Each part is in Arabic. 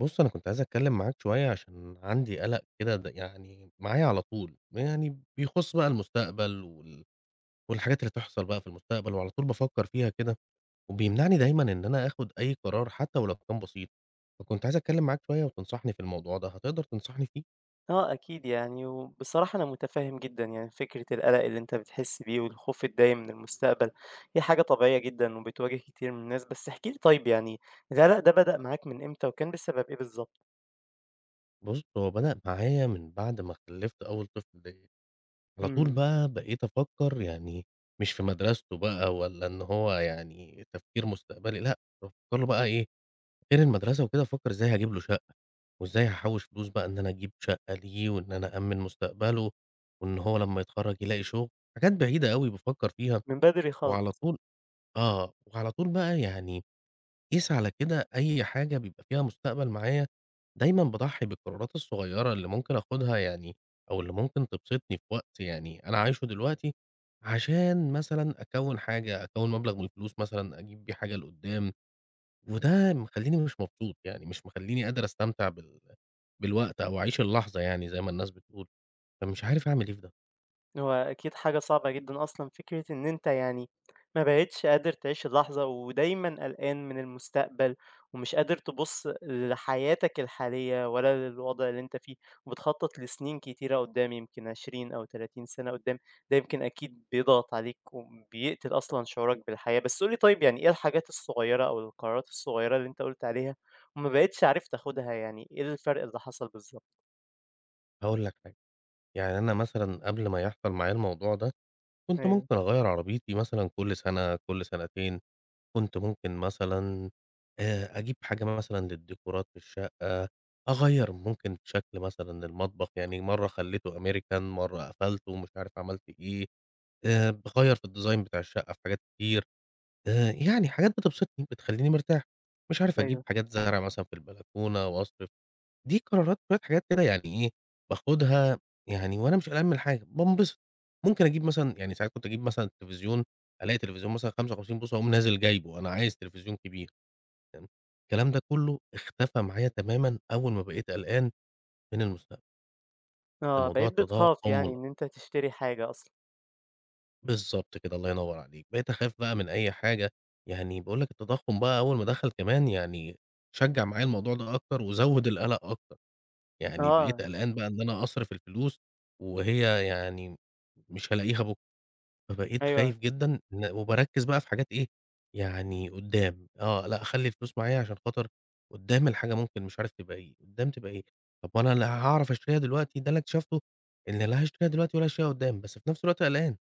بُص، أنا كنت عايز أتكلّم معاك شوية عشان عندي قَلَق كده يعني معايا على طول، يعني بيخُص بقى المستقبل والحاجات اللي تحصل بقى في المستقبل وعلى طول بافكّر فيها كده، وبيمنعني دايمًا إن أنا آخُد أي قرار حتّى ولو كان بسيط، فكنت عايز أتكلّم معاك شوية وتنصحني في الموضوع ده، هتقدر تنصحني فيه؟ آه أكيد يعني، وبصراحة أنا مُتفهِّم جدًا يعني فكرة القلق اللي أنت بتحس بيه والخوف الدايم من المستقبل، هي حاجة طبيعية جدًا وبتواجه كتير من الناس، بس احكِ لي طيب يعني القلق ده بدأ معاك من إمتى وكان بسبب إيه بالضبط؟ بُص، هو بدأ معايا من بعد ما خلِّفت أول طفل ليّا، على طول إمم، بقى بقيت أفكّر يعني مش في مدرسته بقى ولا إن هو يعني تفكير مستقبلي لأ، بافكّر له بقى إيه، غير المدرسة وكده أفكّر إزاي هاجيب له شقة، وإزاي هاحوّش فلوس بقى إن أنا أجيب شقة ليه، وإن أنا أأمّن مستقبله، وإن هو لمّا يتخرّج يلاقي شغل، حاجات بعيدة أوي بافكّر فيها، من بدري خالص. وعلى طول وعلى طول بقى يعني قيس على كده أي حاجة بيبقى فيها مستقبل معايا، دايمًا باضحّي بالقرارات الصغيّرة اللي ممكن آخُدها يعني أو اللي ممكن تبسطني في وقت يعني أنا عايشه دلوقتي، عشان مثلًا أكوّن مبلغ من الفلوس مثلًا أجيب بيه حاجة لقدّام. وده مخلّيني مش مبسوط، يعني مش مخلّيني قادر أستمتع بالوقت أو أعيش اللحظة يعني زي ما الناس بتقول، فمش عارف أعمل إيه في ده. هو أكيد حاجة صعبة جدًا أصلًا فكرة إن أنت يعني ما بقيتش قادر تعيش اللحظة، ودايمًا قلقان من المستقبل، ومش قادر تبُص لحياتك الحالية ولا للوضع اللي أنت فيه، وبتخطط لسنين كتيرة قدّام يمكن 20 أو 30 سنة قدّام، ده يمكن أكيد بيضغط عليك وبيقتل أصلًا شعورك بالحياة. بس قُل لي طيب يعني إيه الحاجات الصغيرة أو القرارات الصغيرة اللي أنت قُلت عليها وما بقيتش عارف تاخدها، يعني إيه الفرق اللي حصل بالضبط؟ هاقول لك حاجة، يعني أنا مثلًا قبل ما يحصل معايا الموضوع ده، كنت أيوه، ممكن أغيّر عربيتي مثلًا كل سنة، كل سنتين، كنت ممكن مثلًا أجيب حاجة مثلًا للديكورات في الشقة، أغيّر ممكن شكل مثلًا المطبخ، يعني مرّة خلّيته American، مرّة قفلته، مش عارف عملت إيه، باغيّر في الdesign بتاع الشقة في حاجات كتير. يعني حاجات بتبسطني، بتخلّيني مرتاح. مش عارف أجيب أيوه. حاجات زرع مثلًا في البلكونة وأصرف، دي قرارات شوية حاجات كده يعني إيه، باخدها يعني وأنا مش قلقان من حاجة، بانبسط. ممكن أجيب مثلًا يعني ساعات كنت أجيب مثلًا التلفزيون، ألاقي تلفزيون مثلًا 55 بوصة أقوم نازل جايبه، أنا عايز تلفزيون كبير، فاهم؟ الكلام ده كله اختفى معايا تمامًا أول ما بقيت قلقان من المستقبل، ده آه، موضوع بقيت بتخاف التضخم يعني وال إن أنت تشتري حاجة أصلًا. بالضبط كده، الله ينوّر عليك. بقيت أخاف بقى من أي حاجة، يعني باقول لك التضخُّم بقى أول ما دخل كمان يعني شجّع معايا الموضوع ده أكتر وزوّد القَلَق أكتر، يعني بقيت آه، قلقان بقى إن أنا أصرف الفلوس وهي يعني مش هالاقيها بُكرة، فبقيت أيوه. خايف جدًا إن وباركّز بقى في حاجات إيه، يعني قُدّام، آه، لأ أخلّي الفلوس معايا عشان خاطر قُدّام الحاجة ممكن مش عارف تبقى إيه، قُدّام تبقى إيه، طب وأنا اللي هاعرف أشتريها دلوقتي، ده اللي اكتشفته إن لا هاشتريها دلوقتي ولا هاشتريها قُدّام، بس في نفس الوقت قلقان.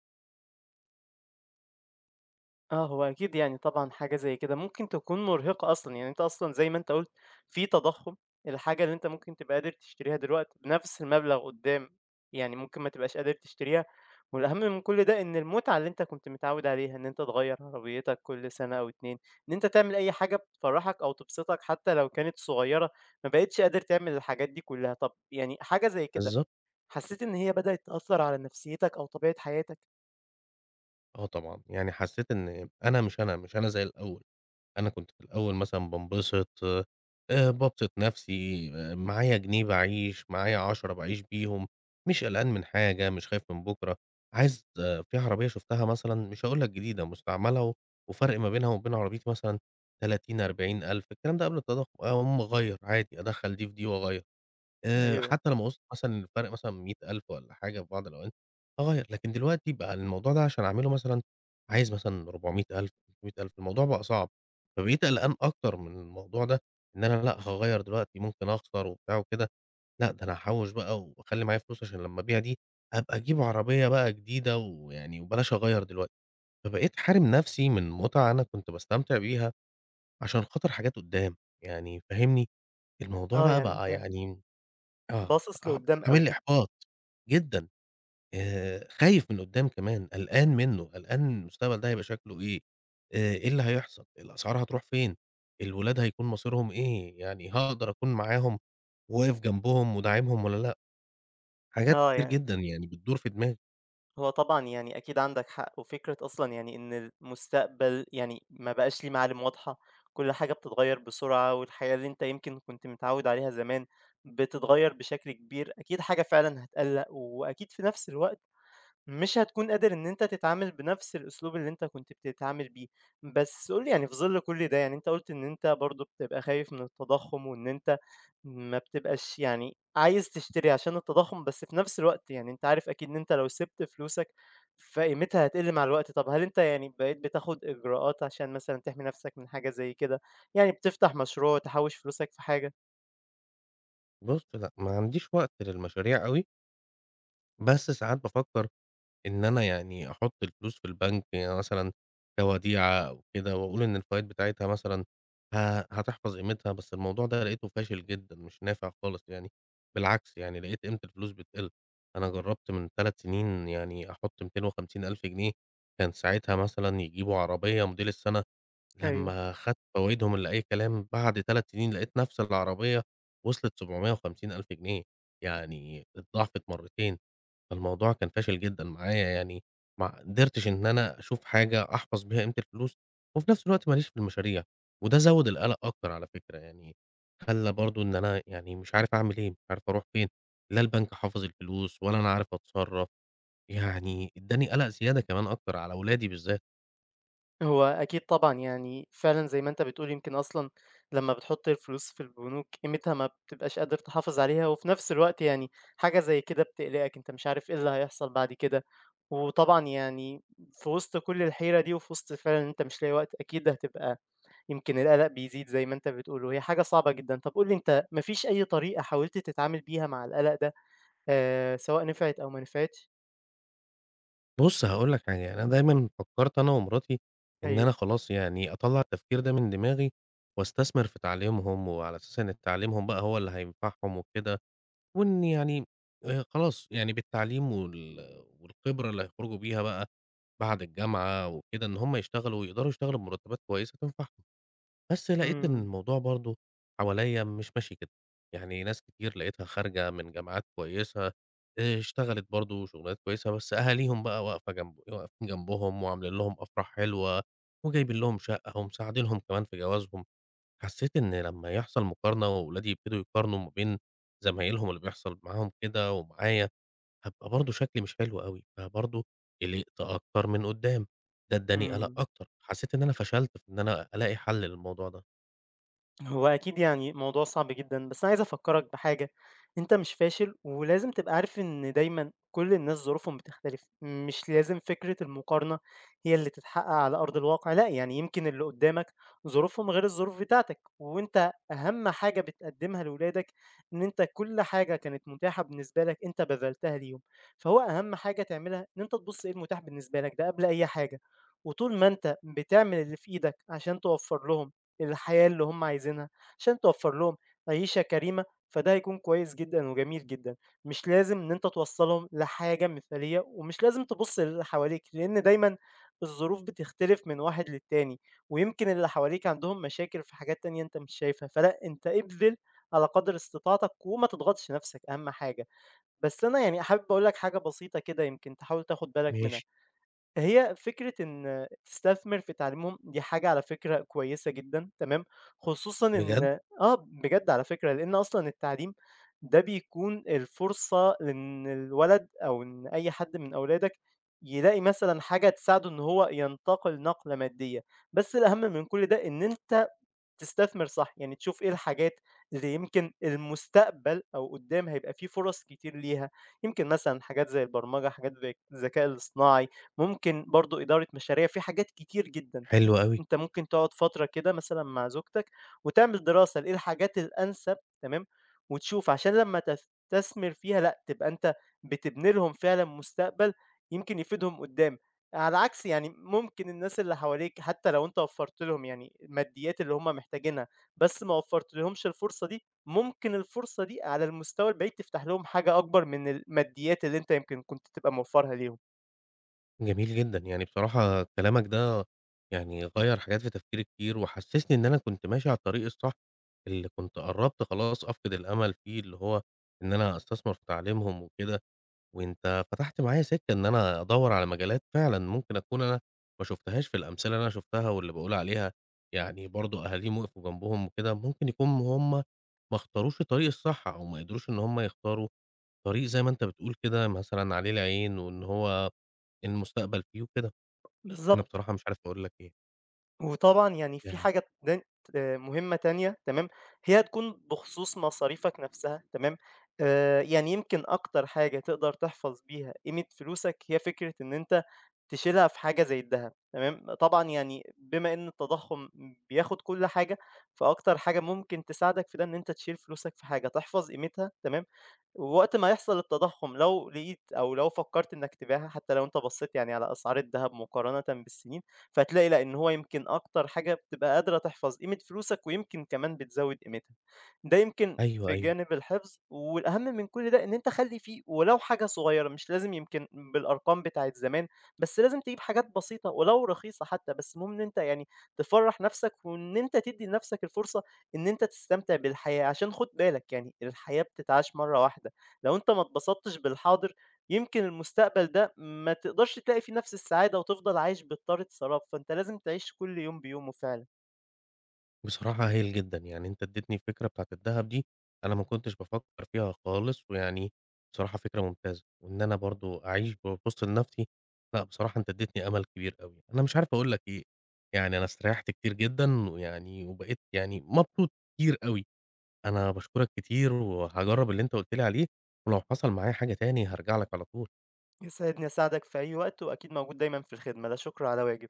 آه، هو أكيد يعني طبعًا حاجة زي كده ممكن تكون مرهقة أصلًا، يعني أنت أصلًا زي ما أنت قُلت في تضخُّم، الحاجة اللي أنت ممكن تبقى قادر تشتريها دلوقتي بنفس المبلغ قدّام، يعني ممكن ما تبقاش قادر تشتريها، والأهم من كل ده إن المتعة اللي أنت كنت متعوّد عليها، إن أنت تغيّر عربيتك كل سَنة أو 2، إن أنت تعمل أي حاجة بتفرّحك أو تبسطك حتى لو كانت صغيّرة، ما بقيتش قادر تعمل الحاجات دي كلّها. طَب يعني حاجة زي كده بالضبط. حسيت إن هي بدأت تأثّر على نفسيتك أو طبيعة حياتك؟ آه طبعًا، يعني حسّيت إن أنا مش أنا، مش أنا زي الأول، أنا كنت في الأول مثلًا بانبسط، بابسط نَفْسي، آه، معايا جنيه باعيش، معايا 10 باعيش بيهم، مش قلقان من حاجة، مش خايف من بُكرة، عايز آه، في عربية شُفتها مثلًا مش هاقول لك جديدة، مستعملة و وفرق ما بينها وبين عربيتي مثلًا 30، 40 ألف، الكلام ده قبل التضخُم، أقوم مغيّر عادي أدخّل دي في دي وأغيّر. أيوه. حتى لمّا وصلت مثلًا الفرق مثلًا 100.000 والّا حاجة في بعض الأوقات، أغيّر، لكن دلوقتي بقى الموضوع ده عشان أعمله مثلًا عايز مثلًا 400.000، 300.000 الموضوع بقى صعب، فبقيت قلقان أكتر من الموضوع ده، إن أنا لأ هاغيّر دلوقتي ممكن أخسر وبتاع وكده، لأ ده أنا هاحوّش بقى وأخلّي معايا فلوس عشان لمّا أبيع دي، أبقى أجيب عربية بقى جديدة ويعني وبلاش أغيّر دلوقتي، فبقيت حارم نفسي من متعة أنا كنت باستمتع بيها عشان خاطر حاجات قدّام، يعني فاهمني؟ الموضوع آه، بقى، يعني بقى أنت يعني آه، باصص ع لقدّام عامل لي أوي. إحباط جدًا، خايف من قدّام كمان، قلقان منّه، قلقان المستقبل ده هيبقى شكله إيه، إيه اللي هيحصل، الأسعار هتروح فين، الولاد هيكون مصيرهم إيه، يعني هاقدر أكون معاهم وواقف جنبهم وداعمهم والّا لأ، حاجات آه، كتير يعني جدًا يعني بتدور في دماغي. هو طبعًا يعني أكيد عندك حق، وفكرة أصلًا يعني إن المستقبل يعني ما بقاش ليه معالم واضحة، كل حاجة بتتغيّر بسرعة، والحياة اللي أنت يمكن كنت متعوّد عليها زمان بتتغيّر بشكل كبير، أكيد حاجة فعلًا هتقلّق، وأكيد في نفس الوقت مش هتكون قادر إن أنت تتعامل بنفس الأسلوب اللي أنت كنت بتتعامل بيه، بس قُل لي يعني في ظِل كل ده، يعني أنت قُلت إن أنت برضه بتبقى خايف من التضخُّم وإن أنت ما بتبقاش يعني عايز تشتري عشان التضخُّم، بس في نفس الوقت يعني أنت عارف أكيد إن أنت لو سِبت فلوسك فقيمتها هتقِل مع الوقت، طَب هل أنت يعني بقيت بتاخد إجراءات عشان مثلًا تحمي نفسك من حاجة زي كده؟ يعني بتفتح مشروع، تحوِّش فلوسك في حاجة؟ بُص، لأ، ما عنديش وقت للمشاريع أوي، بس ساعات بافكّر إن أنا يعني أحُطّ الفلوس في البنك يعني مثلًا كوديعة أو كده وأقول إن الفوايد بتاعتها مثلًا ه هتحفظ قيمتها، بس الموضوع ده لقيته فاشل جدًا، مش نافع خالص يعني، بالعكس يعني لقيت قيمة الفلوس بتقِل. أنا جرّبت من 3 سنين يعني أحُطّ 250.000 جنيه، كان ساعتها مثلًا يجيبوا عربية موديل السَنة، أيوه. لمّا خدت فوايدهم اللي أي كلام، بعد 3 سنين لقيت نَفْس العربية وصلت 750.000 جنيه، يعني اتضاعفت مرّتين. فالموضوع كان فاشل جدًا معايا يعني ما قدرتش إن أنا أشوف حاجة أحفظ بيها قيمة الفلوس، وفي نفس الوقت ما ليش في المشاريع، وده زوّد القلق أكتر على فكرة يعني، خلّى برضه إن أنا يعني مش عارف أعمل إيه، مش عارف أروح فين، لا البنك حافظ الفلوس ولا أنا عارف أتصرّف، يعني ادّاني قلق زيادة كمان أكتر على ولادي بالذات. هو أكيد طبعًا، يعني فعلًا زي ما أنت بتقول يمكن أصلًا لمّا بتحُط الفلوس في البنوك قيمتها ما بتبقاش قادر تحافظ عليها، وفي نفس الوقت يعني حاجة زي كده بتقلقك، أنت مش عارف إيه اللي هيحصل بعد كده، وطبعًا يعني في وسط كل الحيرة دي وفي وسط فعلًا إن أنت مش لاقي وقت، أكيد هتبقى يمكن القلق بيزيد زي ما أنت بتقول، وهي حاجة صعبة جدًا. طب قُل لي أنت ما فيش أي طريقة حاولت تتعامل بيها مع القلق ده سواء نفعت أو ما نفعتش؟ بُص هاقول لك حاجة، يعني أنا دايمًا فكّرت أنا ومراتي إن أنا أيوه. خلاص يعني أطلّع التفكير ده من دماغي، واستثمر في تعليمهم وعلى أساس إن تعليمهم بقى هو اللي هينفعهم وكده وإن يعني خلاص، يعني بالتعليم وال والخبرة اللي هيخرجوا بيها بقى بعد الجامعة وكده، إن هم يشتغلوا ويقدروا يشتغلوا بمرتبات كويسة تنفعهم. بس لقيت إن إمم، الموضوع برضه حواليّا مش ماشي كده، يعني ناس كتير لقيتها خارجة من جامعات كويسة، اشتغلت برضه شغلانات كويسة، بس أهاليهم بقى واقفة جنب واقفين جنبهم وعاملين لهم أفراح حلوة وجايبين لهم شقة ومساعدينهم كمان في جوازهم. حسيت إن لمّا يحصل مقارنة وولادي يبتدوا يقارنوا ما بين زمايلهم اللي بيحصل معاهم كده ومعايا، هابقى برضه شكلي مش حلو أوي، فبرضه قلقت أكتر من قُدّام، ده ادّاني قلق إمم. أكتر، حسيت إن أنا فشلت في إن أنا ألاقي حل للموضوع ده. هو أكيد يعني موضوع صعب جدًا، بس أنا عايز أفكّرك بحاجة، أنت مش فاشل ولازم تبقى عارف إن دايمًا كل الناس ظروفهم بتختلف، مش لازم فكرة المقارنة هي اللي تتحقق على أرض الواقع، لأ يعني يمكن اللي قدّامك ظروفهم غير الظروف بتاعتك، وأنت أهم حاجة بتقدّمها لولادك إن أنت كل حاجة كانت متاحة بالنسبة لك أنت بذلتها ليهم، فهو أهم حاجة تعملها إن أنت تبُص إيه المتاح بالنسبة لك ده قبل أي حاجة، وطول ما أنت بتعمل اللي في إيدك عشان توفّر لهم الحياة اللي هم عايزينها، عشان توفّر لهم عيشة كريمة، فده هيكون كويس جدًا وجميل جدًا. مش لازم إن أنت توصّلهم لحاجة مثالية، ومش لازم تبُص للي حواليك، لإن دايمًا الظروف بتختلف من واحد للتاني، ويمكن اللي حواليك عندهم مشاكل في حاجات تانية أنت مش شايفها، فلأ أنت ابذل على قدر استطاعتك وما تضغطش نفسك أهم حاجة. بس أنا يعني حابب أقول لك حاجة بسيطة كده يمكن تحاول تاخد بالك منها. ماشي. هي فكرة إن تستثمر في تعليمهم دي حاجة على فكرة كويسة جدًا، تمام، خصوصًا إن بجد! آه، بجد على فكرة، لإن أصلًا التعليم ده بيكون الفرصة إن الولد أو إن أي حد من أولادك يلاقي مثلًا حاجة تساعده إن هو ينتقل نقلة مادية، بس الأهم من كل ده إن أنت تستثمر صح، يعني تشوف إيه الحاجات اللي يمكن المستقبل أو قدّام هيبقى في فرص كتير ليها، يمكن مثلًا حاجات زي البرمجة، حاجات زي الذكاء الاصطناعي، ممكن برضه إدارة مشاريع، في حاجات كتير جدًا، أن حلو أوي، أنت ممكن تقعد فترة كده مثلًا مع زوجتك وتعمل دراسة لإيه الحاجات الأنسب تمام، وتشوف عشان لمّا تستثمر فيها لأ، تبقى أنت بتبني لهم فعلًا مستقبل يمكن يفيدهم قدّام. على عكس يعني ممكن الناس اللي حواليك حتى لو أنت وفّرت لهم يعني الماديات اللي هم محتاجينها، بس ما وفّرتلهمش الفرصة دي، ممكن الفرصة دي على المستوى البعيد تفتح لهم حاجة أكبر من الماديات اللي أنت يمكن كنت تبقى موفّرها ليهم. جميل جدًا، يعني بصراحة كلامك ده يعني غيّر حاجات في تفكيري كتير، وحسسني إن أنا كنت ماشي على الطريق الصح، اللي كنت قرّبت خلاص أفقد الأمل فيه، اللي هو إن أنا أستثمر في تعليمهم وكده. وأنت فتحت معايا سكة إن أنا أدوّر على مجالات فعلًا ممكن أكون أنا ما شُفتهاش في الأمثلة اللي أنا شُفتها واللي باقول عليها، يعني برضه أهاليهم وقفوا جنبهم وكده، ممكن يكون هم ما اختاروش الطريق الصح أو ما قدروش إن هم يختاروا طريق زي ما أنت بتقول كده مثلًا عليه العين وإن هو المستقبل فيه وكده، أنا بالضبط. بصراحة مش عارف أقول لك إيه، وطبعًا يعني في يعني حاجة تن مهمة تانية تمام، هي هتكون بخصوص مصاريفك نفسها تمام، يعني يمكن أكتر حاجة تقدر تحفظ بيها قيمة فلوسك هي فكرة إن أنت تشيلها في حاجة زي الدهب تمام، طبعًا يعني بما إن التضخُّم بياخد كل حاجة، فأكتر حاجة ممكن تساعدك في ده إن أنت تشيل فلوسك في حاجة تحفظ قيمتها تمام، ووقت ما يحصل التضخم لو لقيت أو لو فكّرت إنك تبيعها حتى لو أنت بصّيت يعني على أسعار الدهب مقارنةً بالسنين، فهتلاقي لأ، إن هو يمكن أكتر حاجة بتبقى قادرة تحفظ قيمة فلوسك ويمكن كمان بتزوّد قيمتها. ده يمكن أيوه، في أيوه. جانب الحفظ، والأهم من كل ده إن أنت خلّي فيه ولو حاجة صغيّرة، مش لازم يمكن بالأرقام بتاعة زمان، بس لازم تجيب حاجات بسيطة ولو رخيصة حتى، بس المهم إن أنت يعني تفرّح نَفْسك وإن أنت تدّي لنَفْسك الفرصة إن أنت تستمتع بالحياة، عشان خُد بالك يعني الحياة بتتعاش مرّة واحدة، لو أنت ما اتبسطتش بالحاضر يمكن المستقبل ده ما تقدرش تلاقي فيه نفس السعادة وتفضل عايش بضطرة سراب، فأنت لازم تعيش كل يوم بيومه فعلًا. بصراحة هايل جدًا، يعني أنت ادّيتني الفكرة بتاعة الدهب دي، أنا ما كنتش بافكّر فيها خالص، ويعني بصراحة فكرة ممتازة، وإن أنا برضه أعيش وسط لنفسي، لأ بصراحة أنت ادّيتني أمل كبير أوي، أنا مش عارف أقول لك إيه، يعني أنا استريّحت كتير جدًا، ويعني وبقيت يعني مبسوط كتير أوي، أنا باشكرك كتير، وهاجرّب اللي أنت قُلت لي عليه، ولو حصل معايا حاجة تاني هارجع لك على طول. يسعدني أساعدك في أي وقت وأكيد موجود دايمًا في الخدمة، لا شكر على واجب.